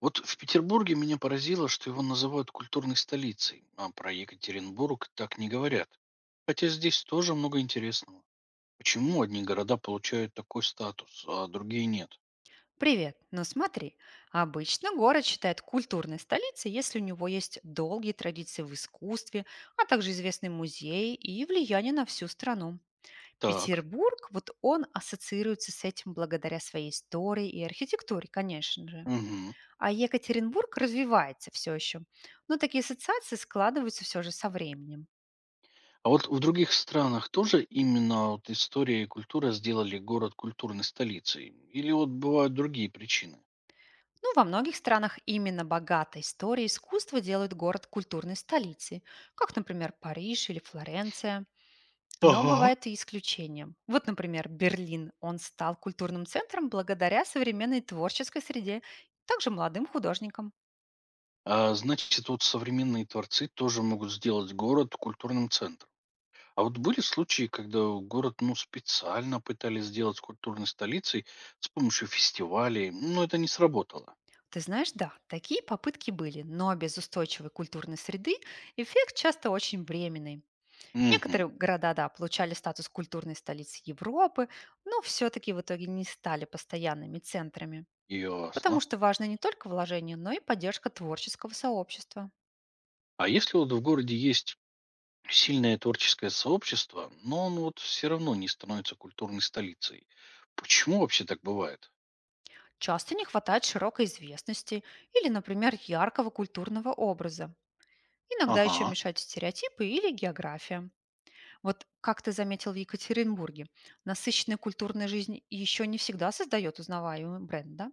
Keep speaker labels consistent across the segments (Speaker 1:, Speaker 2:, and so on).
Speaker 1: Вот в Петербурге меня поразило, что его называют культурной столицей, а про Екатеринбург так не говорят. Хотя здесь тоже много интересного. Почему одни города получают такой статус, а другие нет?
Speaker 2: Привет. Ну смотри, обычно город считает культурной столицей, если у него есть долгие традиции в искусстве, а также известные музеи и влияние на всю страну.
Speaker 1: Так.
Speaker 2: Петербург, вот он ассоциируется с этим благодаря своей истории и архитектуре, конечно же.
Speaker 1: Мгм.
Speaker 2: А Екатеринбург развивается все еще. Но такие ассоциации складываются все же со временем.
Speaker 1: А вот в других странах тоже именно вот история и культура сделали город культурной столицей? Или вот бывают другие причины?
Speaker 2: Ну, во многих странах именно богатая история искусства делают город культурной столицей, как, например, Париж или Флоренция. Но
Speaker 1: Ага.
Speaker 2: бывает и исключением. Вот, например, Берлин. Он стал культурным центром благодаря современной творческой среде, также молодым художникам.
Speaker 1: А значит, вот современные творцы тоже могут сделать город культурным центром. А вот были случаи, когда город ну, специально пытались сделать культурной столицей с помощью фестивалей, но это не сработало?
Speaker 2: Ты знаешь, да, такие попытки были, но без устойчивой культурной среды эффект часто очень временный.
Speaker 1: Угу.
Speaker 2: Некоторые города, да, получали статус культурной столицы Европы, но все-таки в итоге не стали постоянными центрами, потому
Speaker 1: Ясно.
Speaker 2: что важно не только вложение, но и поддержка творческого сообщества.
Speaker 1: А если вот в городе есть сильное творческое сообщество, но он вот все равно не становится культурной столицей, почему вообще так бывает?
Speaker 2: Часто не хватает широкой известности или, например, яркого культурного образа. Иногда еще
Speaker 1: Ага.
Speaker 2: мешают стереотипы или география. Вот как ты заметил в Екатеринбурге, насыщенная культурная жизнь еще не всегда создает узнаваемый бренд, да?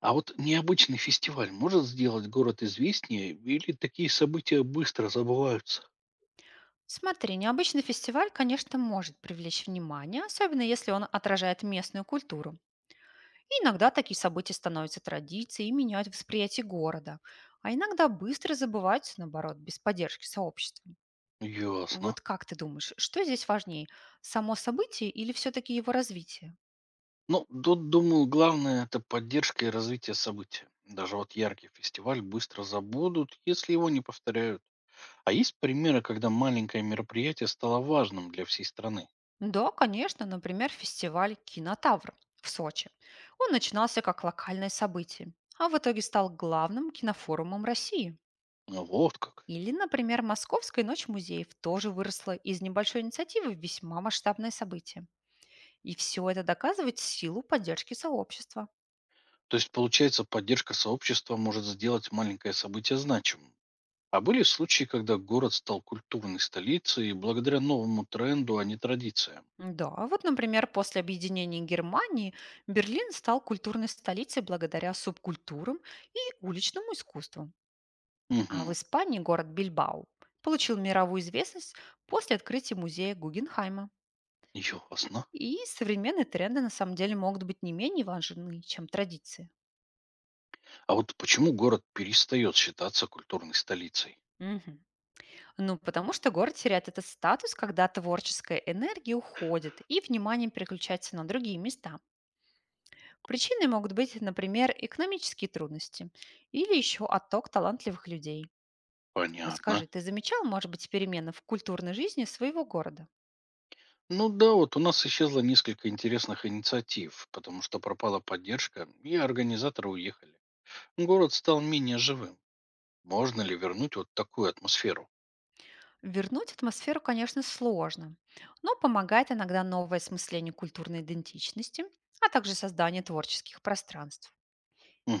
Speaker 1: А вот необычный фестиваль может сделать город известнее или такие события быстро забываются?
Speaker 2: Смотри, необычный фестиваль, конечно, может привлечь внимание, особенно если он отражает местную культуру. И иногда такие события становятся традицией и меняют восприятие города, а иногда быстро забываются, наоборот, без поддержки сообщества.
Speaker 1: Ясно.
Speaker 2: Вот как ты думаешь, что здесь важнее, само событие или все-таки его развитие?
Speaker 1: Ну, тут, думаю, главное это поддержка и развитие события. Даже вот яркий фестиваль быстро забудут, если его не повторяют. А есть примеры, когда маленькое мероприятие стало важным для всей страны?
Speaker 2: Да, конечно, например, фестиваль «Кинотавр» в Сочи. Он начинался как локальное событие, а в итоге стал главным кинофорумом России.
Speaker 1: Ну, вот как.
Speaker 2: Или, например, Московская ночь музеев тоже выросла из небольшой инициативы в весьма масштабное событие. И все это доказывает силу поддержки сообщества.
Speaker 1: То есть, получается, поддержка сообщества может сделать маленькое событие значимым. А были случаи, когда город стал культурной столицей благодаря новому тренду, а не традициям?
Speaker 2: Да, а вот, например, после объединения Германии Берлин стал культурной столицей благодаря субкультурам и уличному искусству. А в
Speaker 1: Угу.
Speaker 2: Испании город Бильбао получил мировую известность после открытия музея Гугенхайма.
Speaker 1: Ясно.
Speaker 2: И современные тренды на самом деле могут быть не менее важны, чем традиции.
Speaker 1: А вот почему город перестает считаться культурной столицей?
Speaker 2: Мгм. Ну, потому что город теряет этот статус, когда творческая энергия уходит и внимание переключается на другие места. Причиной могут быть, например, экономические трудности или еще отток талантливых людей. Вот
Speaker 1: Понятно.
Speaker 2: скажи, ты замечал, может быть, перемены в культурной жизни своего города?
Speaker 1: Ну да, вот у нас исчезло несколько интересных инициатив, потому что пропала поддержка, и организаторы уехали. Город стал менее живым. Можно ли вернуть вот такую атмосферу?
Speaker 2: Вернуть атмосферу, конечно, сложно, но помогает иногда новое осмысление культурной идентичности, а также создание творческих пространств.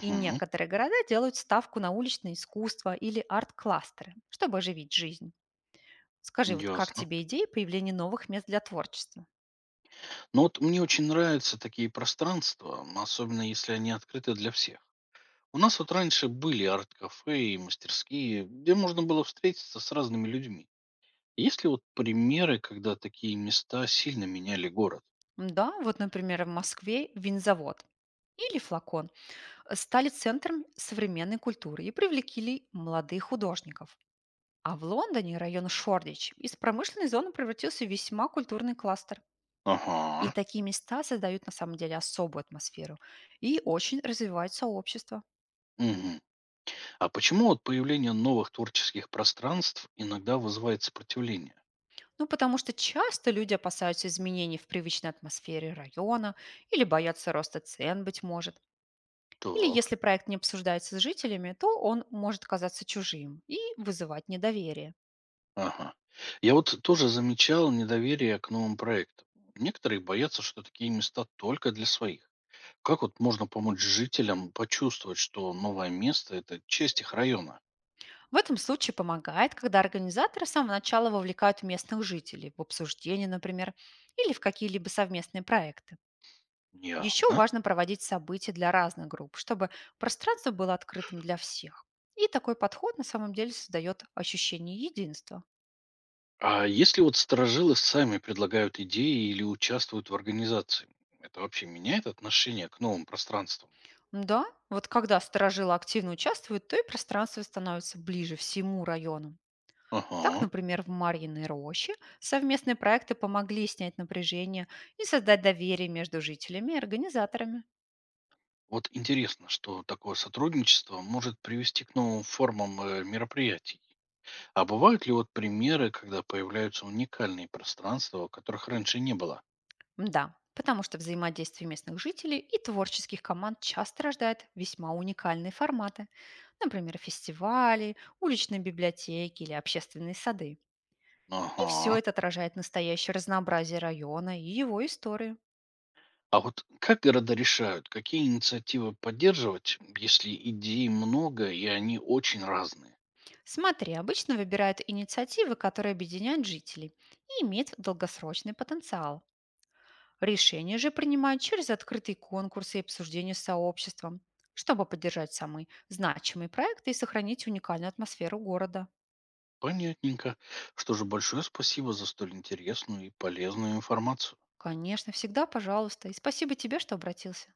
Speaker 2: И некоторые города делают ставку на уличное искусство или арт-кластеры, чтобы оживить жизнь. Скажи, вот как
Speaker 1: Ясно.
Speaker 2: тебе идея появления новых мест для творчества?
Speaker 1: Но вот мне очень нравятся такие пространства, особенно если они открыты для всех. У нас вот раньше были арт-кафе и мастерские, где можно было встретиться с разными людьми. Есть ли вот примеры, когда такие места сильно меняли город?
Speaker 2: Да, вот, например, в Москве винзавод или флакон стали центром современной культуры и привлекли молодых художников. А в Лондоне район Шордич из промышленной зоны превратился в весьма культурный кластер. И
Speaker 1: Ага.
Speaker 2: такие места создают на самом деле особую атмосферу и очень развивают сообщество.
Speaker 1: Мгм. А почему вот появление новых творческих пространств иногда вызывает сопротивление?
Speaker 2: Ну, потому что часто люди опасаются изменений в привычной атмосфере района или боятся роста цен, быть может. Или
Speaker 1: Так.
Speaker 2: если проект не обсуждается с жителями, то он может казаться чужим и вызывать недоверие.
Speaker 1: Ага. Я вот тоже замечал недоверие к новым проектам. Некоторые боятся, что такие места только для своих. Как вот можно помочь жителям почувствовать, что новое место– это часть их района?
Speaker 2: В этом случае помогает, когда организаторы с самого начала вовлекают местных жителей в обсуждение, например, или в какие-либо совместные проекты. Еще
Speaker 1: Ясно.
Speaker 2: важно проводить события для разных групп, чтобы пространство было открытым для всех. И такой подход на самом деле создает ощущение единства.
Speaker 1: А если вот сторожилы сами предлагают идеи или участвуют в организации, это вообще меняет отношение к новым пространствам?
Speaker 2: Да, вот когда сторожилы активно участвуют, то и пространство становится ближе всему району. Так,
Speaker 1: Ага.
Speaker 2: например, в Марьиной роще совместные проекты помогли снять напряжение и создать доверие между жителями и организаторами.
Speaker 1: Вот интересно, что такое сотрудничество может привести к новым формам мероприятий. А бывают ли вот примеры, когда появляются уникальные пространства, которых раньше не было?
Speaker 2: Да, потому что взаимодействие местных жителей и творческих команд часто рождает весьма уникальные форматы. Например, фестивали, уличные библиотеки или общественные сады. И все
Speaker 1: Ага.
Speaker 2: это отражает настоящее разнообразие района и его историю.
Speaker 1: А вот как города решают, какие инициативы поддерживать, если идей много и они очень разные?
Speaker 2: Смотри, обычно выбирают инициативы, которые объединяют жителей и имеют долгосрочный потенциал. Решения же принимают через открытые конкурсы и обсуждения с сообществом, чтобы поддержать самые значимые проекты и сохранить уникальную атмосферу города.
Speaker 1: Понятненько. Что же, большое спасибо за столь интересную и полезную информацию.
Speaker 2: Конечно, всегда, пожалуйста. И спасибо тебе, что обратился.